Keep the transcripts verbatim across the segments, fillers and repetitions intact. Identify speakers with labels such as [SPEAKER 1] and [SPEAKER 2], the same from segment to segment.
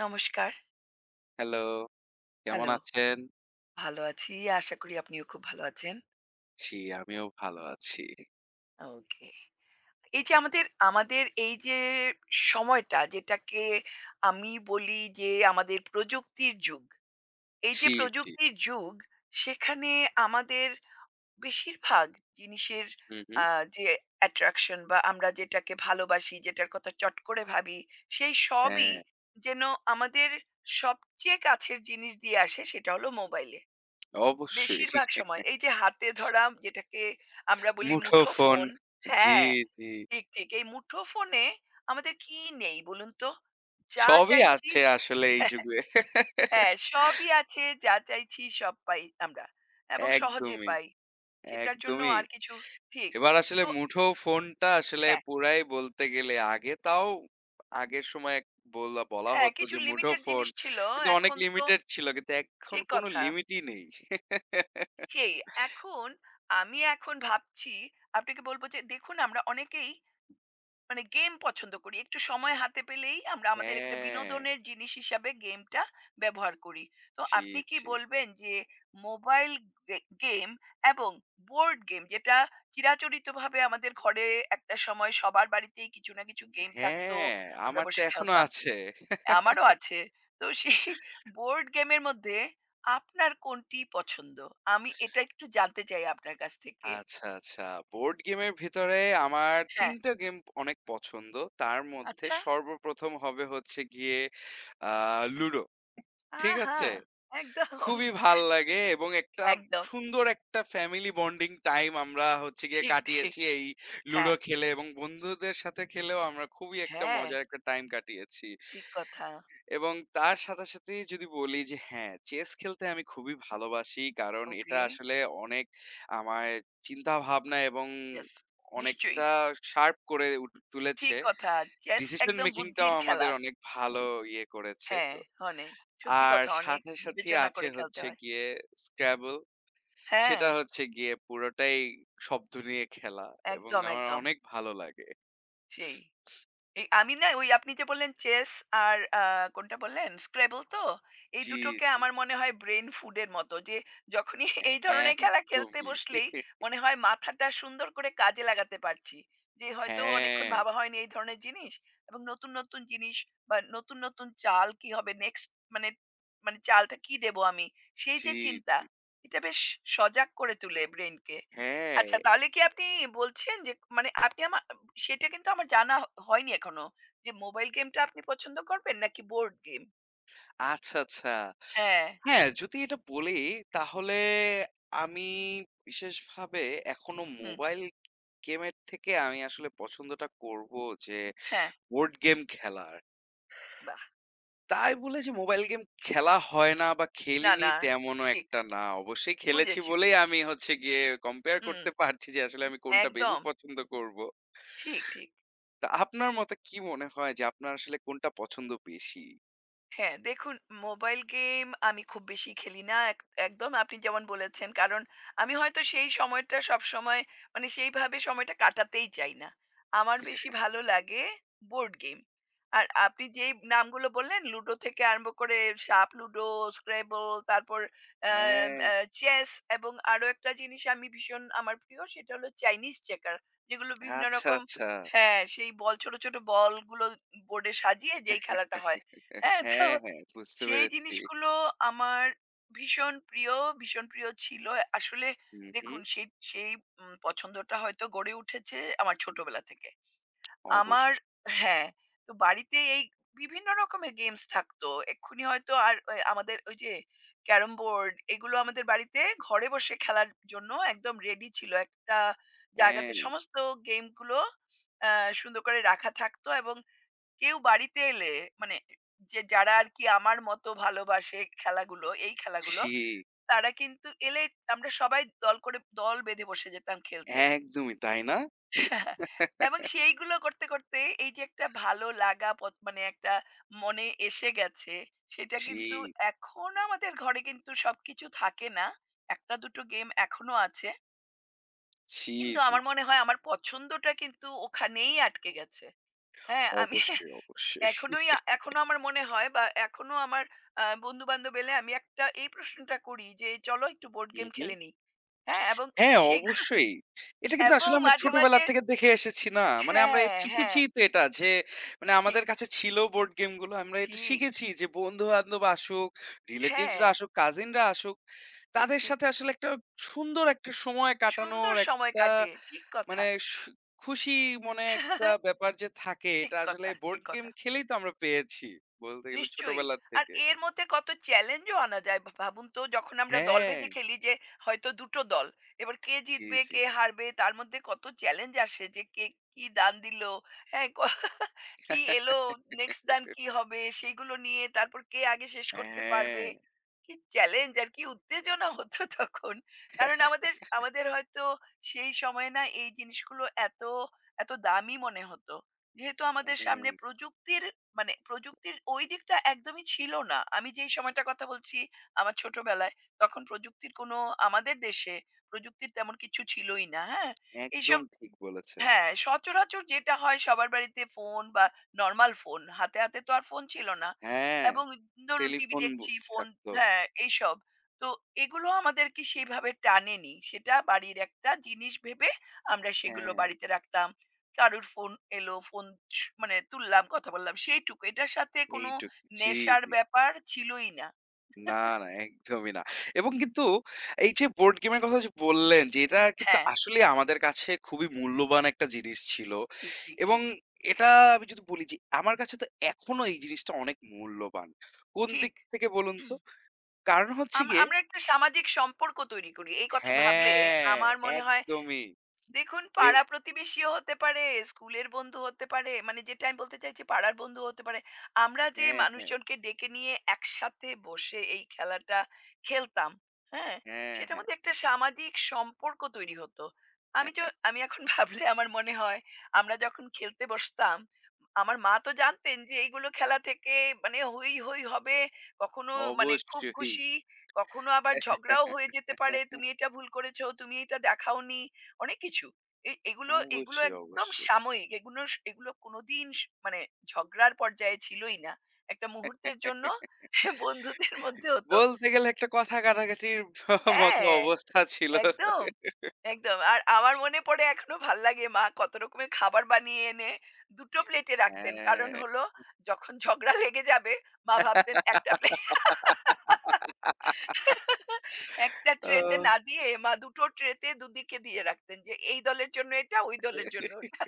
[SPEAKER 1] নমস্কার।
[SPEAKER 2] হ্যালো, কেমন
[SPEAKER 1] হ্যালো।
[SPEAKER 2] আছেন?
[SPEAKER 1] ভালো আছি। আশা করি আপনিও খুব ভালো আছেন।
[SPEAKER 2] জি, আমিও ভালো আছি।
[SPEAKER 1] ওকে। এই যে আমাদের, আমাদের এই যে সময়টা যেটাকে আমি বলি যে আমাদের প্রযুক্তির যুগ। এই যে
[SPEAKER 2] জি, জি।
[SPEAKER 1] প্রযুক্তির যুগ সেখানে আমাদের বেশিরভাগ জিনিসের
[SPEAKER 2] হুম, হুম।
[SPEAKER 1] আ যে অ্যাট্রাকশন বা আমরা যেটাকে ভালোবাসি, যেটার কথা চট করে ভাবি সেই
[SPEAKER 2] হ্যাঁ,
[SPEAKER 1] সবই যেন আমাদের সবচেয়ে কাছের জিনিস দিয়ে আসে সেটা হলো মোবাইলে।
[SPEAKER 2] অবশ্যই।
[SPEAKER 1] বেশিরভাগ সময় এই যে হাতে ধরা যেটাকে আমরা বলি মুঠো
[SPEAKER 2] মুঠোফোন।
[SPEAKER 1] ফোন।
[SPEAKER 2] জি,
[SPEAKER 1] হ্যাঁ,
[SPEAKER 2] জি।
[SPEAKER 1] ঠিক ঠিক এই মুঠো ফোনে আমাদের কি নেই বলুন তো, যা
[SPEAKER 2] সবই
[SPEAKER 1] চাইছি।
[SPEAKER 2] আছে আসলে এই যুগে।
[SPEAKER 1] হ্যাঁ, সবই আছে, যা চাইছি সব পাই আমরা, এবং সহজে
[SPEAKER 2] একদমই,
[SPEAKER 1] পাই সেটার জন্য
[SPEAKER 2] একদমই।
[SPEAKER 1] আর কিছু ঠিক
[SPEAKER 2] এবার আসলে
[SPEAKER 1] তো।
[SPEAKER 2] মুঠোফোনটা আসলে
[SPEAKER 1] হ্যাঁ,
[SPEAKER 2] পুরাই বলতে গেলে আগে তাও আগের সময় এক বলা বলা
[SPEAKER 1] হ্যাঁ,
[SPEAKER 2] হতো
[SPEAKER 1] কিছু
[SPEAKER 2] যে
[SPEAKER 1] লিমিটেড
[SPEAKER 2] মুঠোফোন
[SPEAKER 1] জিনিস ছিল।
[SPEAKER 2] কিন্তু অনেক
[SPEAKER 1] এখন তো
[SPEAKER 2] লিমিটেড ছিল। কিন্তু এখন
[SPEAKER 1] ঠিক
[SPEAKER 2] কোনো
[SPEAKER 1] কথা।
[SPEAKER 2] লিমিটই নেই।
[SPEAKER 1] সেই এখন, আমি এখন ভাবছি আপনাকে বলবো যে দেখুন, আমরা অনেকেই মানে গেম পছন্দ করি। একটু সময় হাতে পেলেই আমরা আমাদের একটা
[SPEAKER 2] হ্যাঁ।
[SPEAKER 1] বিনোদনের জিনিস হিসাবে গেমটা ব্যবহার করি। তো
[SPEAKER 2] জি,
[SPEAKER 1] আপনি কি
[SPEAKER 2] জি।
[SPEAKER 1] বলবেন যে মোবাইল গে গেম এবং বোর্ড গেম, যেটা চিরাচরিতভাবে আমাদের ঘরে একটা সময় সবার বাড়িতেই কিছু না কিছু গেম থাকতো।
[SPEAKER 2] হ্যাঁ,
[SPEAKER 1] আমরা
[SPEAKER 2] আমার তো
[SPEAKER 1] বসে
[SPEAKER 2] এখনো
[SPEAKER 1] খেলতাম।
[SPEAKER 2] আছে।
[SPEAKER 1] আমারও আছে। তো সেই বোর্ড গেমের মধ্যে আপনার কোনটি পছন্দ? আমি এটা একটু জানতে চাই আপনার কাছ থেকে।
[SPEAKER 2] আচ্ছা, আচ্ছা। বোর্ড গেমের ভিতরে আমার
[SPEAKER 1] হ্যাঁ,
[SPEAKER 2] তিনটা টা গেম অনেক পছন্দ। তার মধ্যে
[SPEAKER 1] আচ্ছা।
[SPEAKER 2] সর্বপ্রথম হবে হচ্ছে গিয়ে আ লুডো। ঠিক
[SPEAKER 1] আহা!
[SPEAKER 2] আছে?
[SPEAKER 1] একদম,
[SPEAKER 2] খুবই ভাল লাগে এবং একটা
[SPEAKER 1] একদম।
[SPEAKER 2] সুন্দর একটা ফ্যামিলি বন্ডিং টাইম আমরা হচ্ছে গিয়ে
[SPEAKER 1] ঠিক, ঠিক।
[SPEAKER 2] কাটিয়েছি এই লুডো
[SPEAKER 1] হ্যাঁ,
[SPEAKER 2] খেলে এবং বন্ধুদের সাথে খেলেও আমরা খুবই একটা
[SPEAKER 1] হ্যাঁ,
[SPEAKER 2] মজার একটা টাইম কাটিয়েছি।
[SPEAKER 1] ঠিক কথা।
[SPEAKER 2] এবং তার সাথে সাথেই যদি বলি যে হ্যাঁ, চেস খেলতে আমি খুবই ভালোবাসি। কারণ এটা
[SPEAKER 1] ওকে।
[SPEAKER 2] আসলে অনেক আমার চিন্তাভাবনা এবং
[SPEAKER 1] ইয়েস, নিশ্চয়ই।
[SPEAKER 2] অনেকটা শার্প করে উঠ
[SPEAKER 1] ঠিক
[SPEAKER 2] তুলেছে।
[SPEAKER 1] কথা। চেস
[SPEAKER 2] ডিসিশন
[SPEAKER 1] একদম
[SPEAKER 2] মেকিং টাও
[SPEAKER 1] বুদ্ধির
[SPEAKER 2] আমাদের
[SPEAKER 1] খেলা।
[SPEAKER 2] অনেক ভালো ইয়ে করেছে।
[SPEAKER 1] হ্যাঁ,
[SPEAKER 2] তো
[SPEAKER 1] অনেক। সত্যি
[SPEAKER 2] আর
[SPEAKER 1] কথা, অনেক
[SPEAKER 2] সাথে, সাথেই
[SPEAKER 1] বিবেচনা
[SPEAKER 2] আছে
[SPEAKER 1] করে খেলতে
[SPEAKER 2] হচ্ছে
[SPEAKER 1] হয়।
[SPEAKER 2] গিয়ে Scrabble।
[SPEAKER 1] হ্যাঁ,
[SPEAKER 2] সেটা হচ্ছে গিয়ে পুরোটাই শব্দ নিয়ে খেলা এবং
[SPEAKER 1] একদম,
[SPEAKER 2] আমার
[SPEAKER 1] একদম।
[SPEAKER 2] অনেক ভালো লাগে।
[SPEAKER 1] সেই। এই আমি না, ওই আপনি যে বললেন চেস আর আ কোনটা বললেন? স্ক্র্যাবল তো? এই
[SPEAKER 2] জি,
[SPEAKER 1] দুটোকে
[SPEAKER 2] জি।
[SPEAKER 1] আমার মনে হয় ব্রেইন ফুডের মতো। যে যখনই এই ধরনের খেলা খেলতে
[SPEAKER 2] একদমই।
[SPEAKER 1] বসলেই মনে হয় মাথাটা সুন্দর করে কাজে লাগাতে পারছি। যে হয়তো অনেকক্ষণ
[SPEAKER 2] হ্যাঁ।
[SPEAKER 1] ভাবা হয়নি এই ধরনের জিনিস, এবং নতুন, নতুন জিনিস বা নতুন, নতুন চাল কি হবে নেক্সট, মানে মানে চালটা কি দেবো আমি? সেই
[SPEAKER 2] জি,
[SPEAKER 1] যে চিন্তা,
[SPEAKER 2] জি।
[SPEAKER 1] এটা বেশ সজাগ করে তোলে ব্রেইনকে। আচ্ছা,
[SPEAKER 2] হ্যাঁ।
[SPEAKER 1] তাহলে কি আপনি বলছেন যে মানে আপনি আমা সেটা কিন্তু আমার জানা হ হয়নি এখনো। যে মোবাইল গেমটা আপনি পছন্দ করবেন নাকি বোর্ড গেম?
[SPEAKER 2] আচ্ছা, আচ্ছা।
[SPEAKER 1] হ্যাঁ,
[SPEAKER 2] হ্যাঁ, যদি এটা বলি তাহলে আমি বিশেষভাবে এখনো
[SPEAKER 1] হুম,
[SPEAKER 2] মোবাইল গেমের থেকে আমি আসলে পছন্দটা করব যে
[SPEAKER 1] হ্যাঁ,
[SPEAKER 2] বোর্ড গেম খেলার।
[SPEAKER 1] বাহ!
[SPEAKER 2] তাই বলে যে মোবাইল গেম খেলা হয় না বা
[SPEAKER 1] না,
[SPEAKER 2] খেলিনি
[SPEAKER 1] না,
[SPEAKER 2] তেমনও
[SPEAKER 1] ঠিক।
[SPEAKER 2] একটা না। অবশ্যই খেলেছি
[SPEAKER 1] বুঝেছি,
[SPEAKER 2] বলেই
[SPEAKER 1] বুঝেছি।
[SPEAKER 2] আমি হচ্ছে গিয়ে কম্পেয়ার
[SPEAKER 1] হুম,
[SPEAKER 2] করতে পারছি যে আসলে আমি কোনটা বেশি
[SPEAKER 1] একদম।
[SPEAKER 2] পছন্দ করব।
[SPEAKER 1] ঠিক, ঠিক।
[SPEAKER 2] তো আপনার মতে কি মনে হয় যে আপনার আসলে কোনটা পছন্দ বেশি?
[SPEAKER 1] হ্যাঁ, দেখুন, মোবাইল গেম আমি খুব বেশি খেলি না। এক একদম আপনি যেমন বলেছেন। কারণ আমি হয়তো সেই সময়টা সবসময় মানে সেইভাবে সময়টা কাটাতেই চাই না। আমার বেশি ভালো লাগে বোর্ড গেম। আর আপনি যেই নামগুলো বললেন লুডো থেকে আরম্ভ করে সাপ লুডো, স্ক্র্যাবল, তারপর অ্যাম
[SPEAKER 2] হ্যাঁ,
[SPEAKER 1] অ্যা চেস, এবং আরো একটা জিনিস আমি ভীষণ আমার প্রিয় সেটা হলো চাইনিজ চেকার। যেগুলো বিভিন্ন
[SPEAKER 2] আচ্ছা,
[SPEAKER 1] রকম।
[SPEAKER 2] আচ্ছা।
[SPEAKER 1] হ্যাঁ, সেই বল ছোট, ছোট বলগুলো বোর্ডে সাজিয়ে যেই খেলাটা হয়। হ্যাঁ, তো
[SPEAKER 2] হ্যাঁ, হ্যাঁ বুঝতে
[SPEAKER 1] সেই
[SPEAKER 2] পেরেছি।
[SPEAKER 1] জিনিসগুলো আমার ভীষণ প্রিয়, ভীষণ প্রিয় ছিল। আসলে
[SPEAKER 2] হুম, হুম।
[SPEAKER 1] দেখুন, সেই সেই উম পছন্দটা হয়তো গড়ে উঠেছে আমার ছোটবেলা থেকে। আমার
[SPEAKER 2] অবশ্যই।
[SPEAKER 1] হ্যাঁ, তো বাড়িতে এই বিভিন্ন রকমের গেমস থাকতো। এক্ষুনি হয়তো আর এ আমাদের ওই যে ক্যারাম বোর্ড, এগুলো আমাদের বাড়িতে ঘরে বসে খেলার জন্য একদম রেডি ছিল। একটা
[SPEAKER 2] হ্যাঁ,
[SPEAKER 1] জায়গাতে সমস্ত গেমগুলো অ্যা সুন্দর করে রাখা থাকতো এবং কেউ বাড়িতে এলে, মানে যে যারা আর কি আমার মতো ভালোবাসে খেলাগুলো, এই খেলাগুলো,
[SPEAKER 2] ছি!
[SPEAKER 1] তারা কিন্তু এলে আমরা সবাই দল করে দল বেঁধে বসে যেতাম খেলতে।
[SPEAKER 2] একদমই, তাই না?
[SPEAKER 1] এবং সেইগুলো করতে করতে এই যে একটা ভালো লাগা পথ- মানে একটা মনে এসে গেছে সেটা
[SPEAKER 2] ছি,
[SPEAKER 1] কিন্তু এখন আমাদের ঘরে কিন্তু সবকিছু থাকে না। একটা দুটো গেম এখনো আছে,
[SPEAKER 2] ছি,
[SPEAKER 1] কিন্তু
[SPEAKER 2] জি।
[SPEAKER 1] আমার মনে হয় আমার পছন্দটা কিন্তু ওখানেই আটকে গেছে। হ্যাঁ, আমি
[SPEAKER 2] অবশ্যই, অবশ্যই।
[SPEAKER 1] এখনোই আ এখনো আমার মনে হয় বা এখনো আমার আ বন্ধু-বান্ধব এলে আমি একটা এই প্রশ্নটা করি যে, "চলো একটু বোর্ড
[SPEAKER 2] হুম,
[SPEAKER 1] গেম
[SPEAKER 2] হুম।
[SPEAKER 1] খেলে নেই।" হ্যাঁ? এবং
[SPEAKER 2] হ্যাঁ,
[SPEAKER 1] সেগুলো
[SPEAKER 2] অবশ্যই। এটা কিন্তু
[SPEAKER 1] এবং
[SPEAKER 2] আসলে আমরা
[SPEAKER 1] মাঝে,
[SPEAKER 2] ছোটবেলা
[SPEAKER 1] মাঝে
[SPEAKER 2] থেকে দেখে এসেছি না? মানে আমরা এ
[SPEAKER 1] হ্যাঁ, হ্যাঁ।
[SPEAKER 2] শিখেছি তো এটা যে মানে
[SPEAKER 1] ঠিক,
[SPEAKER 2] আমাদের কাছে ছিল বোর্ড গেমগুলো। আমরা এটা
[SPEAKER 1] ঠিক।
[SPEAKER 2] শিখেছি যে বন্ধু-বান্ধব আসুক,
[SPEAKER 1] হ্যাঁ,
[SPEAKER 2] রিলেটিভসরা আসুক, কাজিনরা আসুক।
[SPEAKER 1] ঠিক,
[SPEAKER 2] তাদের
[SPEAKER 1] ঠিক।
[SPEAKER 2] সাথে আসলে একটা সুন্দর একটা সময় কাটানোর
[SPEAKER 1] সুন্দর সময়
[SPEAKER 2] একটা
[SPEAKER 1] কাটে। ঠিক কথা।
[SPEAKER 2] মানে সু খুশি মনে একটা ব্যাপার যে থাকে
[SPEAKER 1] ঠিক
[SPEAKER 2] এটা আসলে
[SPEAKER 1] কথা,
[SPEAKER 2] বোর্ড
[SPEAKER 1] ঠিক
[SPEAKER 2] গেম
[SPEAKER 1] কথা।
[SPEAKER 2] খেলেই তো আমরা পেয়েছি। বলতে গেলে
[SPEAKER 1] নিশ্চয়ই।
[SPEAKER 2] ছোটবেলার
[SPEAKER 1] আর
[SPEAKER 2] থেকে।
[SPEAKER 1] এর মধ্যে কত চ্যালেঞ্জও আনা যায়। ভা ভাবুন তো, যখন আমরা দল
[SPEAKER 2] হ্যাঁ,
[SPEAKER 1] বেঁধে খেলি যে হয়তো দুটো টো দল। এবার কে
[SPEAKER 2] জি,
[SPEAKER 1] জিতবে,
[SPEAKER 2] জি।
[SPEAKER 1] কে হারবে, তার মধ্যে কত চ্যালেঞ্জ আসে যে কে কি দান দিল, হ্যাঁ? ক কি এলো, নেক্সট দান কি হবে সেগুলো নিয়ে, তারপর কে আগে শেষ করতে পারবে।
[SPEAKER 2] হ্যাঁ,
[SPEAKER 1] কি চ্যালেঞ্জ আর কি উত্তেজনা হতো তখন। কারণ আমাদের আমাদের হয়তো সেই সময়ে না এই জিনিসগুলো এত, এত দামি মনে হতো। যেহেতু আমাদের সামনে
[SPEAKER 2] অনেক।
[SPEAKER 1] প্রযুক্তির মানে প্রযুক্তির ওই দিকটা একদমই ছিল না। আমি যেই সময়টার কথা বলছি আমার ছোটবেলায়, তখন প্রযুক্তির কোনো আমাদের দেশে প্রযুক্তির তেমন কিছু ছিলই না, হ্যাঁ?
[SPEAKER 2] একদম
[SPEAKER 1] এইসব
[SPEAKER 2] ঠিক বলেছেন।
[SPEAKER 1] হ্যাঁ, সচরাচর যেটা হয় সবার বাড়িতে ফোন বা নরমাল ফোন। হাতে, হাতে তো আর ফোন ছিল না।
[SPEAKER 2] হ্যাঁ,
[SPEAKER 1] এবং ধরুন টিভি
[SPEAKER 2] টেলিফোন বুথ
[SPEAKER 1] দেখছি, ফোন
[SPEAKER 2] থাকতো।
[SPEAKER 1] হ্যাঁ, এইসব। তো এগুলো আমাদেরকে সেভাবে টানেনি। সেটা বাড়ির একটা জিনিস ভেবে আমরা সেগুলো
[SPEAKER 2] হ্যাঁ,
[SPEAKER 1] বাড়িতে রাখতাম। কারুর ফোন এলো, ফোন স মানে তুললাম, কথা বললাম, সেইটুকু। এটার সাথে কোনো
[SPEAKER 2] এইটুকু। জি,
[SPEAKER 1] নেশার
[SPEAKER 2] জি।
[SPEAKER 1] ব্যাপার ছিলই না।
[SPEAKER 2] না, না, একদমই না। এবং কিন্তু এই যে বোর্ড গেমের কথা যে বললেন যে এটা কিন্তু
[SPEAKER 1] হ্যাঁ,
[SPEAKER 2] আসলেই আমাদের কাছে খুবই মূল্যবান একটা জিনিস ছিল।
[SPEAKER 1] ঠিক, ঠিক,
[SPEAKER 2] এবং
[SPEAKER 1] ঠিক,
[SPEAKER 2] এটা আমি যদি বলি যে আমার কাছে তো এখনো এই জিনিসটা অনেক মূল্যবান। কোন দিক
[SPEAKER 1] ঠিক।
[SPEAKER 2] থেকে বলুন তো? কারণ হচ্ছে
[SPEAKER 1] আম
[SPEAKER 2] গিয়ে
[SPEAKER 1] আমরা একটা সামাজিক সম্পর্ক তৈরি করি। এই কথা ভাবলে
[SPEAKER 2] হ্যাঁ,
[SPEAKER 1] আমার মনে হয়
[SPEAKER 2] একদমই।
[SPEAKER 1] দেখুন
[SPEAKER 2] এও
[SPEAKER 1] পাড়া প্রতিবেশীও হতে পারে, স্কুলের বন্ধু হতে পারে। মানে যেটা আমি বলতে চাইছি পাড়ার বন্ধু হতে পারে। আমরা যে
[SPEAKER 2] হ্যাঁ, হ্যাঁ,
[SPEAKER 1] মানুষজনকে ডেকে নিয়ে একসাথে বসে এই খেলাটা খেলতাম, হ্যাঁ?
[SPEAKER 2] হ্যাঁ,
[SPEAKER 1] সেটার
[SPEAKER 2] হ্যাঁ,
[SPEAKER 1] মধ্যে একটা সামাজিক সম্পর্ক তৈরি হতো। আমি য
[SPEAKER 2] হ্যাঁ।
[SPEAKER 1] আমি এখন ভাবলে আমার মনে হয় আমরা যখন খেলতে বসতাম, আমার মা তো জানতেন যে এইগুলো খেলা থেকে মানে হৈ, হৈ হবে। কখনো মানে খুব
[SPEAKER 2] অবশ্যই।
[SPEAKER 1] খুশি, কখনো আবার ঝগড়াও হয়ে যেতে পারে। তুমি এটা ভুল করেছ, তুমি এটা দেখাওনি। অনেক কিছু। এ এগুলো এগুলো
[SPEAKER 2] অবশ্যই,
[SPEAKER 1] একদম
[SPEAKER 2] অবশ্যই।
[SPEAKER 1] সাময়িক। এগুলো স এগুলো কোনদিন স মানে ঝগড়ার পর্যায়ে ছিলই না। একটা মুহূর্তের জন্য বন্ধুদের মধ্যে হতো।
[SPEAKER 2] বলতে গেলে একটা কথা কাটাকাটির মতো
[SPEAKER 1] হ্যাঁ,
[SPEAKER 2] অবস্থা ছিল।
[SPEAKER 1] একদম, একদম। আর আমার মনে পড়ে এখনো ভাল লাগে মা কত রকমের খাবার বানিয়ে এনে দুটো টো প্লেটে রাখতেন। কারণ
[SPEAKER 2] হ্যাঁ।
[SPEAKER 1] হলো যখন ঝগড়া লেগে যাবে মা ভাবতেন একটা প্লে একটা ট্রেতে
[SPEAKER 2] ওহ!
[SPEAKER 1] না দিয়ে মা দুটো টো ট্রেতে দুদিকে দিয়ে রাখতেন যে এই দলের জন্য এটা, ওই দলের জন্য ওটা।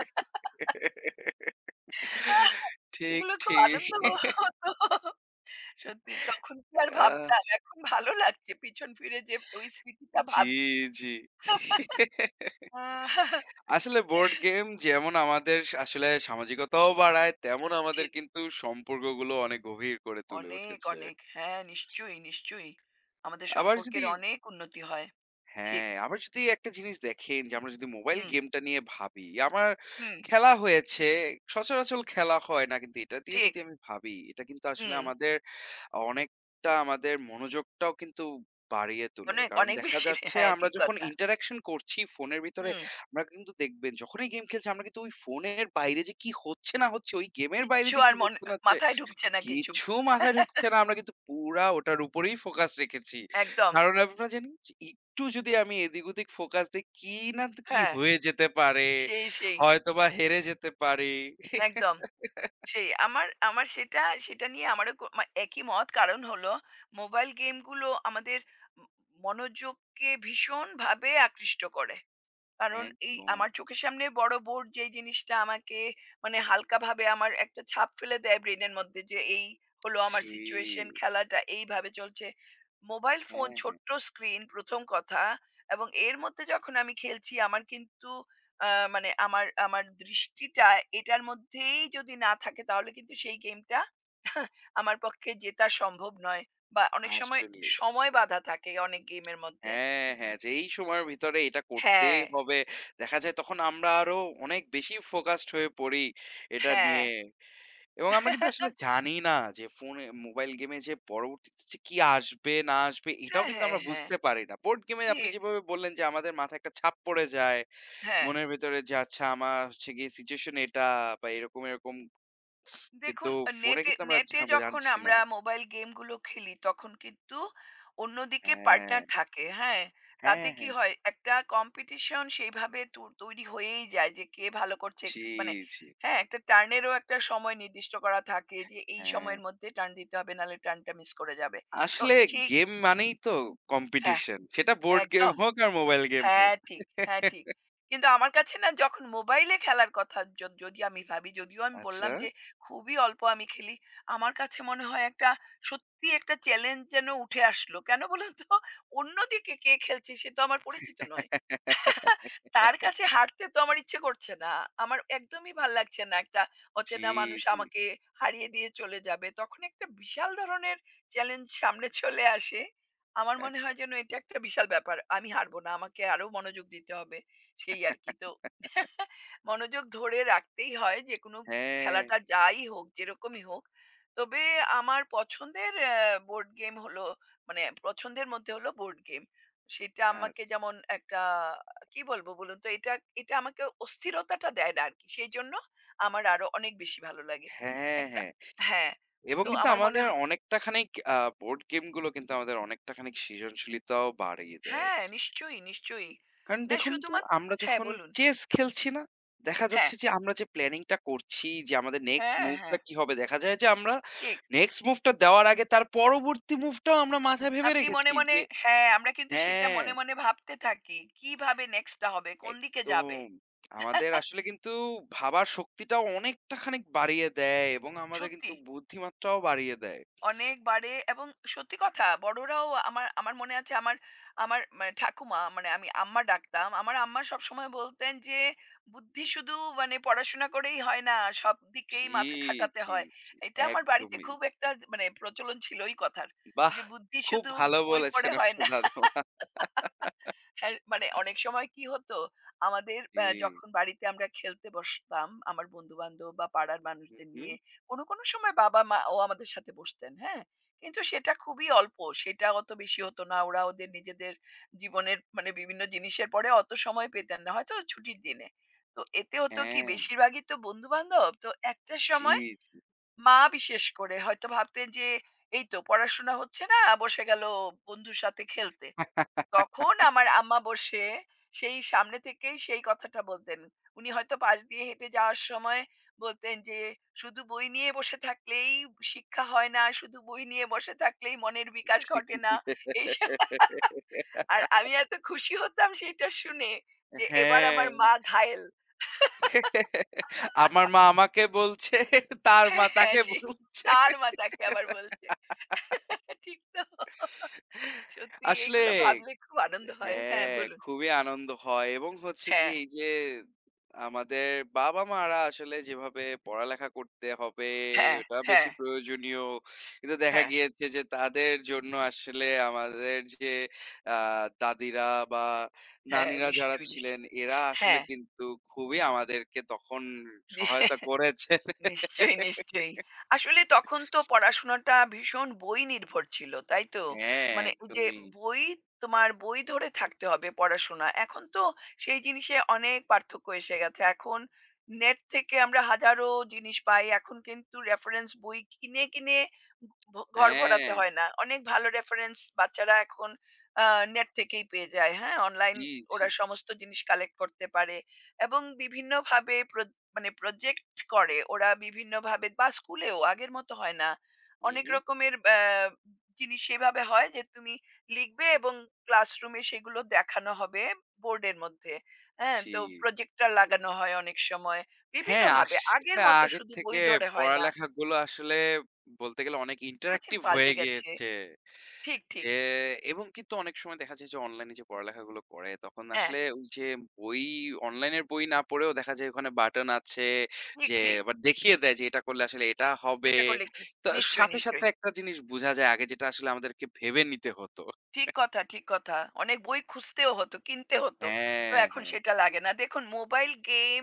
[SPEAKER 2] ঠিক,
[SPEAKER 1] এগুলো খুব
[SPEAKER 2] ঠিক।
[SPEAKER 1] আনন্দ হতো। সত্যি তখন কি আর
[SPEAKER 2] আহ
[SPEAKER 1] ভাবতাম। এখন ভালো লাগছে পিছন ফিরে যে ওই স্মৃতিটা
[SPEAKER 2] জি,
[SPEAKER 1] ভাবছি।
[SPEAKER 2] জি।
[SPEAKER 1] আ
[SPEAKER 2] আসলে বোর্ড গেম যেমন আমাদের আসলে সামাজিকতাও বাড়ায়, তেমন আমাদের
[SPEAKER 1] ঠিক।
[SPEAKER 2] কিন্তু সম্পর্কগুলো অনেক গভীর করে তুলে
[SPEAKER 1] অনেক,
[SPEAKER 2] উঠেছে।
[SPEAKER 1] অনেক। হ্যাঁ, নিশ্চয়ই, নিশ্চয়ই। আমাদের
[SPEAKER 2] আবার যদি
[SPEAKER 1] সম্পর্কের অনেক উন্নতি হয়। ঠিক।
[SPEAKER 2] হ্যাঁ, আবার যদি একটা জিনিস দেখেন যে আমরা যদি মোবাইল
[SPEAKER 1] হুম,
[SPEAKER 2] গেমটা নিয়ে ভাবি, আমার
[SPEAKER 1] হুম,
[SPEAKER 2] খেলা হয়েছে, সচরাচর খেলা হয় না। কিন্তু এটা দিয়ে
[SPEAKER 1] ঠিক।
[SPEAKER 2] যদি আমি ভাবি, এটা কিন্তু আসলে
[SPEAKER 1] হুম।
[SPEAKER 2] আমাদের অনেকটা আমাদের মনোযোগটাও কিন্তু বাড়িয়ে তোলে।
[SPEAKER 1] অনেক,
[SPEAKER 2] কারণ
[SPEAKER 1] অনেক
[SPEAKER 2] দেখা
[SPEAKER 1] বেশি।
[SPEAKER 2] যাচ্ছে
[SPEAKER 1] হ্যাঁ,
[SPEAKER 2] আমরা
[SPEAKER 1] ঠিক
[SPEAKER 2] যখন
[SPEAKER 1] কথা।
[SPEAKER 2] ইন্টারেকশন করছি ফোনের ভিতরে,
[SPEAKER 1] হুম।
[SPEAKER 2] আমরা কিন্তু দেখবেন যখনই গেম খেলছি আমরা কিন্তু ওই ফোনের বাইরে যে কি হচ্ছে না হচ্ছে, ওই গেমের বাইরে
[SPEAKER 1] কিচ্ছু
[SPEAKER 2] যে
[SPEAKER 1] আর
[SPEAKER 2] কি
[SPEAKER 1] মনে
[SPEAKER 2] হচ্ছে না হচ্ছে
[SPEAKER 1] মাথায় ঢুকছে না কিছু।
[SPEAKER 2] কিছু মাথায় ঢুকছে না। আমরা কিন্তু পুরা ওটার উপরেই ফোকাস রেখেছি।
[SPEAKER 1] একদম।
[SPEAKER 2] কারণ আমরা জানি যে একটু যদি আমি এদিক-ওদিক ফোকাস দেই কি না কি
[SPEAKER 1] হ্যাঁ,
[SPEAKER 2] হয়ে যেতে পারে।
[SPEAKER 1] সেই, সেই।
[SPEAKER 2] হয়তোবা হেরে যেতে পারি।
[SPEAKER 1] একদম। সেই আমার আমার সেটা সেটা নিয়ে আমারও কো- মা- একই মত, কারণ হলো মোবাইল গেমগুলো আমাদের ম- মনোযোগকে ভীষণভাবে আকৃষ্ট করে। কারণ এই
[SPEAKER 2] একদম।
[SPEAKER 1] আমার চোখের সামনে বড় বোর্ড যেই জিনিসটা আমাকে মানে হালকাভাবে আমার একটা ছাপ ফেলে দেয় ব্রেনের মধ্যে যে এই হলো আমার সিচুয়েশন
[SPEAKER 2] ছি!
[SPEAKER 1] খেলাটা এইভাবে চলছে। মোবাইল
[SPEAKER 2] হ্যাঁ,
[SPEAKER 1] ফোন
[SPEAKER 2] হ্যাঁ।
[SPEAKER 1] ছোট্ট স্ক্রিন প্রথম কথা। এবং এর মধ্যে যখন আমি খেলছি আমার কিন্তু আহ, মানে আমার আমার দৃষ্টিটা এটার মধ্যেই যদি না থাকে তাহলে কিন্তু সেই গেমটা আমার পক্ষে জেতা সম্ভব নয় বা অনেক সময়
[SPEAKER 2] আসলেই,
[SPEAKER 1] সময়
[SPEAKER 2] আসলেই।
[SPEAKER 1] বাধা থাকে অনেক গেমের মধ্যে।
[SPEAKER 2] হ্যাঁ, হ্যাঁ। যে এই সময়ের ভিতরে এটা করতেই
[SPEAKER 1] হ্যাঁ,
[SPEAKER 2] হবে। দেখা যায় তখন আমরা আরো অনেক বেশি ফোকাসড হয়ে পড়ি এটা
[SPEAKER 1] হ্যাঁ,
[SPEAKER 2] নিয়ে। এবং আমরা কিন্তু আসলে জানি না যে ফোনে মোবাইল গেমে যে পরবর্তীতে যে কি আসবে না আসবে এটাও
[SPEAKER 1] হ্যাঁ,
[SPEAKER 2] কিন্তু
[SPEAKER 1] হ্যাঁ,
[SPEAKER 2] আমরা
[SPEAKER 1] হ্যাঁ।
[SPEAKER 2] বুঝতে পারি না। বোর্ড গেমে আপনি
[SPEAKER 1] ঠিক।
[SPEAKER 2] যেভাবে বললেন যে আমাদের মাথায় একটা ছাপ পড়ে যায়।
[SPEAKER 1] হ্যাঁ।
[SPEAKER 2] মনের ভেতরে যে আচ্ছা আমার হচ্ছে গিয়ে সিচুয়েশন এটা বা এরকম, এরকম কিন্তু
[SPEAKER 1] দেখুন, আ
[SPEAKER 2] ফোনে
[SPEAKER 1] নেটে
[SPEAKER 2] কিন্তু আমরা
[SPEAKER 1] নেটে
[SPEAKER 2] জা
[SPEAKER 1] যখন
[SPEAKER 2] জানছি না।
[SPEAKER 1] আমরা মোবাইল গেমগুলো খেলি তখন কিন্তু অন্যদিকে
[SPEAKER 2] হ্যাঁ,
[SPEAKER 1] পার্টনার থাকে। হ্যাঁ? তাতে
[SPEAKER 2] হ্যাঁ,
[SPEAKER 1] কি
[SPEAKER 2] হ্যাঁ।
[SPEAKER 1] হয়, একটা কম্পিটিশন সেইভাবে তু তৈরি হয়েই যায় যে কে ভালো করছে
[SPEAKER 2] জি,
[SPEAKER 1] ক- মানে
[SPEAKER 2] জি।
[SPEAKER 1] হ্যাঁ, একটা টার্নেরও একটা সময় নির্দিষ্ট করা থাকে যে এই
[SPEAKER 2] হ্যাঁ,
[SPEAKER 1] সময়ের মধ্যে টার্ন দিতে হবে নাহলে টার্নটা মিস করে যাবে। তো
[SPEAKER 2] আসলে
[SPEAKER 1] সেই
[SPEAKER 2] গেম মানেই তো
[SPEAKER 1] হ্যাঁ,
[SPEAKER 2] কম্পিটিশন। সেটা বোর্ড গেম
[SPEAKER 1] একদম।
[SPEAKER 2] হোক আর মোবাইল গেম হোক।
[SPEAKER 1] হ্যাঁ, ঠিক। হ্যাঁ, ঠিক। কিন্তু আমার কাছে না যখন মোবাইলে খেলার কথা য যদি আমি ভাবি, যদিও আমি
[SPEAKER 2] আচ্ছা।
[SPEAKER 1] বললাম যে খুবই অল্প আমি খেলি। আমার কাছে মনে হয় একটা সত্যি একটা চ্যালেঞ্জ যেন উঠে আসলো। কেন বলুন তো? অন্যদিকে কে খেলছে সে তো আমার পরিচিত নয়। তার কাছে হাঁটতে তো আমার ইচ্ছে করছে না। আমার একদমই ভাল লাগছে না। একটা
[SPEAKER 2] জি,
[SPEAKER 1] অচেনা মানুষ
[SPEAKER 2] জি।
[SPEAKER 1] আমাকে হারিয়ে দিয়ে চলে যাবে। তখন একটা বিশাল ধরনের চ্যালেঞ্জ সামনে চলে আসে। আমার মনে হয় যেন এটা একটা বিশাল ব্যাপার। আমি হারব না। আমাকে আরো মনোযোগ দিতে হবে। সেই আরকি। তো মনোযোগ ধরে রাখতেই হয় যেকোনো
[SPEAKER 2] হ্যাঁ।
[SPEAKER 1] খেলাটা যাই হোক, যেরকমই হোক। তবে আমার পছন্দের অ্যা বোর্ড গেম হলো মানে পছন্দের মধ্যে হলো বোর্ড গেম। সেটা
[SPEAKER 2] আচ
[SPEAKER 1] আমাকে যেমন একটা কি বলবো বলুন তো? এটা এটা আমাকে অস্থিরতাটা দেয় না আরকি। সেইজন্য আমার আরো অনেক বেশি ভালো লাগে।
[SPEAKER 2] হ্যাঁ,
[SPEAKER 1] একটা
[SPEAKER 2] হ্যাঁ।
[SPEAKER 1] হ্যাঁ,
[SPEAKER 2] এবং
[SPEAKER 1] তো
[SPEAKER 2] কিন্তু
[SPEAKER 1] আমার মনে
[SPEAKER 2] আমাদের
[SPEAKER 1] হ
[SPEAKER 2] অনেকটা খানিক আ বোর্ড গেমগুলো কিন্তু আমাদের অনেকটা খানিক সৃজনশীলতাও বাড়িয়ে দেয়।
[SPEAKER 1] হ্যাঁ, নিশ্চয়ই, নিশ্চয়ই।
[SPEAKER 2] কারণ
[SPEAKER 1] না
[SPEAKER 2] দেখুন তো
[SPEAKER 1] শুধুমাত
[SPEAKER 2] আমরা
[SPEAKER 1] হ্যাঁ,
[SPEAKER 2] যখন
[SPEAKER 1] বলুন।
[SPEAKER 2] চেস খেলছি না? দেখা
[SPEAKER 1] হ্যাঁ,
[SPEAKER 2] যাচ্ছে যে আমরা যে প্ল্যানিংটা করছি যে আমাদের নেক্সট
[SPEAKER 1] হ্যাঁ,
[SPEAKER 2] মুভটা
[SPEAKER 1] হ্যাঁ,
[SPEAKER 2] কি হবে? দেখা যায় যে আমরা
[SPEAKER 1] ঠিক।
[SPEAKER 2] নেক্সট মুভটা দেওয়ার আগে তার পরবর্তী মুভটাও আমরা মাথায় ভেবে
[SPEAKER 1] আপনি মনে,
[SPEAKER 2] রেখেছি
[SPEAKER 1] মনে
[SPEAKER 2] যে
[SPEAKER 1] হ্যাঁ, আমরা কিন্তু সেটা
[SPEAKER 2] হ্যাঁ,
[SPEAKER 1] মনে, মনে ভাবতে থাকি। কিভাবে নেক্সটটা হবে? কোন দিকে
[SPEAKER 2] একদম।
[SPEAKER 1] যাবে?
[SPEAKER 2] আমাদের আসলে কিন্তু ভাবার শক্তিটাও অনেকটা খানিক বাড়িয়ে দেয় এবং আমাদের
[SPEAKER 1] সত্যি
[SPEAKER 2] কিন্তু বুদ্ধিমাত্রাও বাড়িয়ে দেয়।
[SPEAKER 1] অনেকবারে এবং সত্যি কথা বড়রাও আমার আমার মনে আছে, আমার আমার মানে ঠাকুমা, মানে আমি আম্মা ডাকতাম। আমার আম্মা সবসময় বলতেন যে, "বুদ্ধি শুধু মানে পড়াশোনা করেই হয় না, সব দিকেই
[SPEAKER 2] ছি,
[SPEAKER 1] মাথা খাটাতে
[SPEAKER 2] ছি,
[SPEAKER 1] হয়।"
[SPEAKER 2] ছি।
[SPEAKER 1] এটা আমার বাড়িতে
[SPEAKER 2] একদমই।
[SPEAKER 1] খুব একটা মানে প্রচলন ছিল এই কথার
[SPEAKER 2] বাহ!
[SPEAKER 1] যে, "বুদ্ধি
[SPEAKER 2] খুব
[SPEAKER 1] শুধু
[SPEAKER 2] ভালো
[SPEAKER 1] বই
[SPEAKER 2] বলেছেন
[SPEAKER 1] পড়ে হয়
[SPEAKER 2] আপনার
[SPEAKER 1] না।"
[SPEAKER 2] দাদুমা।
[SPEAKER 1] হ্যাঁ, মানে অনেক সময় কি হতো আমাদের
[SPEAKER 2] জি।
[SPEAKER 1] আ যখন বাড়িতে আমরা খেলতে বসতাম আমার বন্ধু-বান্ধব বা পাড়ার
[SPEAKER 2] হু,
[SPEAKER 1] মানুষদের
[SPEAKER 2] হু।
[SPEAKER 1] নিয়ে, কোনো, কোনো সময় বাবা-মাও আমাদের সাথে বসতেন, হ্যাঁ? কিন্তু সেটা খুবই অল্প। সেটা অত বেশি হতো না। ওরা ওদের নিজেদের জীবনের মানে বিভিন্ন জিনিসের পরে অত সময় পেতেন না। হয়তো ছুটির দিনে। তো এতে হতো কি
[SPEAKER 2] হ্যাঁ।
[SPEAKER 1] বেশিরভাগই তো বন্ধু-বান্ধব। তো একটা
[SPEAKER 2] জি,
[SPEAKER 1] সময়
[SPEAKER 2] জি।
[SPEAKER 1] মা বিশেষ করে হয়তো ভাবতেন যে এই তো পড়াশোনা হচ্ছে না, বসে গেল বন্ধুর সাথে খেলতে। তখন আমার আম্মা বসে সেই সামনে থেকেই সেই কথাটা বলতেন। উনি হয়তো পাশ দিয়ে হেঁটে যাওয়ার সময় বলতেন যে, "শুধু বই নিয়ে বসে থাকলেই শিক্ষা হয় না, শুধু বই নিয়ে বসে থাকলেই মনের বিকাশ ঘটে না।" এইসব, আর আমি এত খুশি হতাম সেটা শুনে যে, এবার
[SPEAKER 2] হ্যাঁ।
[SPEAKER 1] আমার মা ঘায়েল।
[SPEAKER 2] আমার মা আমাকে বলছে, তার মা
[SPEAKER 1] হ্যাঁ, হ্যাঁ,
[SPEAKER 2] তাকে
[SPEAKER 1] সেই
[SPEAKER 2] বলছে।
[SPEAKER 1] তার মা তাকে আবার বলছে। ঠিক তো? সত্যি
[SPEAKER 2] আসলে
[SPEAKER 1] এগুলো ভাবলে খুব আনন্দ হয়। হ্যাঁ,
[SPEAKER 2] হ্যাঁ,
[SPEAKER 1] বলুন।
[SPEAKER 2] খুবই আনন্দ হয় এবং হচ্ছে কি
[SPEAKER 1] হ্যাঁ,
[SPEAKER 2] এই যে আমাদের বাবা-মারা আসলে যেভাবে পড়ালেখা করতে হবে
[SPEAKER 1] হ্যাঁ,
[SPEAKER 2] ওটা বেশি
[SPEAKER 1] হ্যাঁ,
[SPEAKER 2] প্রয়োজনীয়। কিন্তু দেখা
[SPEAKER 1] হ্যাঁ,
[SPEAKER 2] গিয়েছে যে তাদের জন্য আসলে আমাদের যে আ দাদিরা বা
[SPEAKER 1] হ্যাঁ,
[SPEAKER 2] নানিরা যারা
[SPEAKER 1] নিশ্চয়ই,
[SPEAKER 2] ছিলেন
[SPEAKER 1] নিশ্চয়ই।
[SPEAKER 2] এরা আসলে
[SPEAKER 1] হ্যাঁ,
[SPEAKER 2] কিন্তু খুবই আমাদেরকে তখন সহায়তা
[SPEAKER 1] নি-
[SPEAKER 2] করেছে।
[SPEAKER 1] নিশ্চয়ই, নিশ্চয়ই। আসলে তখন তো পড়াশোনাটা ভীষণ বই নির্ভর ছিল, তাই তো?
[SPEAKER 2] হ্যাঁ,
[SPEAKER 1] মানে ওই যে
[SPEAKER 2] একদমই।
[SPEAKER 1] বই, তোমার বই ধরে থাকতে হবে পড়াশোনা। এখন তো সেই জিনিসে অনেক পার্থক্য এসে গেছে। এখন নেট থেকে আমরা হাজারো জিনিস পাই। এখন কিন্তু রেফারেন্স বই কিনে, কিনে ভ ঘর ভরাতে
[SPEAKER 2] হ্যাঁ,
[SPEAKER 1] হয় না। অনেক ভালো রেফারেন্স বাচ্চারা এখন আ নেট থেকেই পেয়ে যায়, হ্যাঁ? অনলাইন
[SPEAKER 2] জি, জি।
[SPEAKER 1] ওরা সমস্ত জিনিস কালেক্ট করতে পারে এবং বিভিন্নভাবে প্র মানে প্রজেক্ট করে ওরা বিভিন্নভাবে, বা স্কুলেও আগের মতো হয় না।
[SPEAKER 2] হু,
[SPEAKER 1] অনেক
[SPEAKER 2] হু।
[SPEAKER 1] রকমের আহ, জিনিস সেভাবে হয় যে তুমি লিখবে এবং ক্লাসরুমে সেগুলো দেখানো হবে বোর্ডের মধ্যে। হ্যাঁ,
[SPEAKER 2] জি।
[SPEAKER 1] তো প্রজেক্টর লাগানো হয় অনেক সময়,
[SPEAKER 2] হ্যাঁ,
[SPEAKER 1] বিভিন্নভাবে,
[SPEAKER 2] আসলে
[SPEAKER 1] আগের মতো
[SPEAKER 2] আগের
[SPEAKER 1] শুধু
[SPEAKER 2] থেকে
[SPEAKER 1] বই ধরে হয় না।
[SPEAKER 2] পড়ালেখাগুলো আসলে বলতে গেলে অনেক
[SPEAKER 1] অনেক
[SPEAKER 2] ইন্টারেক্টিভ হয়ে
[SPEAKER 1] পাল্টে গেছে।
[SPEAKER 2] গিয়েছে।
[SPEAKER 1] ঠিক
[SPEAKER 2] যে
[SPEAKER 1] ঠিক।
[SPEAKER 2] এবং কিন্তু অনেক সময় দেখা যায় যে অনলাইনে যে পড়ালেখাগুলো করে তখন
[SPEAKER 1] হ্যাঁ,
[SPEAKER 2] আসলে ওই যে বই অনলাইনের বই না পড়েও দেখা যায় ওখানে বাটন আছে
[SPEAKER 1] ঠিক
[SPEAKER 2] যে
[SPEAKER 1] ঠিক।
[SPEAKER 2] আবার দেখিয়ে দেয় যে এটা করলে আসলে এটা হবে।
[SPEAKER 1] এটা করলে কি
[SPEAKER 2] তো
[SPEAKER 1] নিশ্চয়ই
[SPEAKER 2] সাথে, সাথে
[SPEAKER 1] নিশ্চয়ই
[SPEAKER 2] একটা জিনিস বোঝা যায় আগে যেটা আসলে আমাদেরকে ভেবে নিতে হতো।
[SPEAKER 1] ঠিক কথা, ঠিক কথা। অনেক বই খুঁজতেও হতো, কিনতে হতো। তো
[SPEAKER 2] হ্যাঁ,
[SPEAKER 1] এখন
[SPEAKER 2] হ্যাঁ,
[SPEAKER 1] সেটা লাগে না। দেখুন, মোবাইল গেম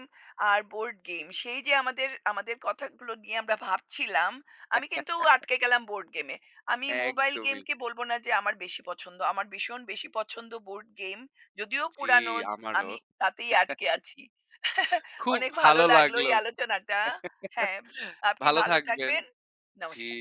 [SPEAKER 1] আর বোর্ড গেম, সেই যে আমাদের, আমাদের কথাগুলো নিয়ে আমরা ভাবছিলাম, আমি কিন্তু আটকে গেলাম বোর্ড গেমে। আমি মোবাইল
[SPEAKER 2] একদমই।
[SPEAKER 1] গেমকে বলব না যে আমার বেশি পছন্দ। আমার ভীষণ বেশি পছন্দ বোর্ড গেম। যদিও
[SPEAKER 2] জি,
[SPEAKER 1] পুরানো,
[SPEAKER 2] আমারও।
[SPEAKER 1] আমি তাতেই আটকে আছি।
[SPEAKER 2] খুব
[SPEAKER 1] অনেক ভালো
[SPEAKER 2] ভালো
[SPEAKER 1] লাগলো এই
[SPEAKER 2] লাগলো।
[SPEAKER 1] আলোচনাটা। হ্যাঁ, আপনি
[SPEAKER 2] ভালো
[SPEAKER 1] ভালো
[SPEAKER 2] থাকবেন।
[SPEAKER 1] থাকবেন।
[SPEAKER 2] জি।
[SPEAKER 1] নমস্কার।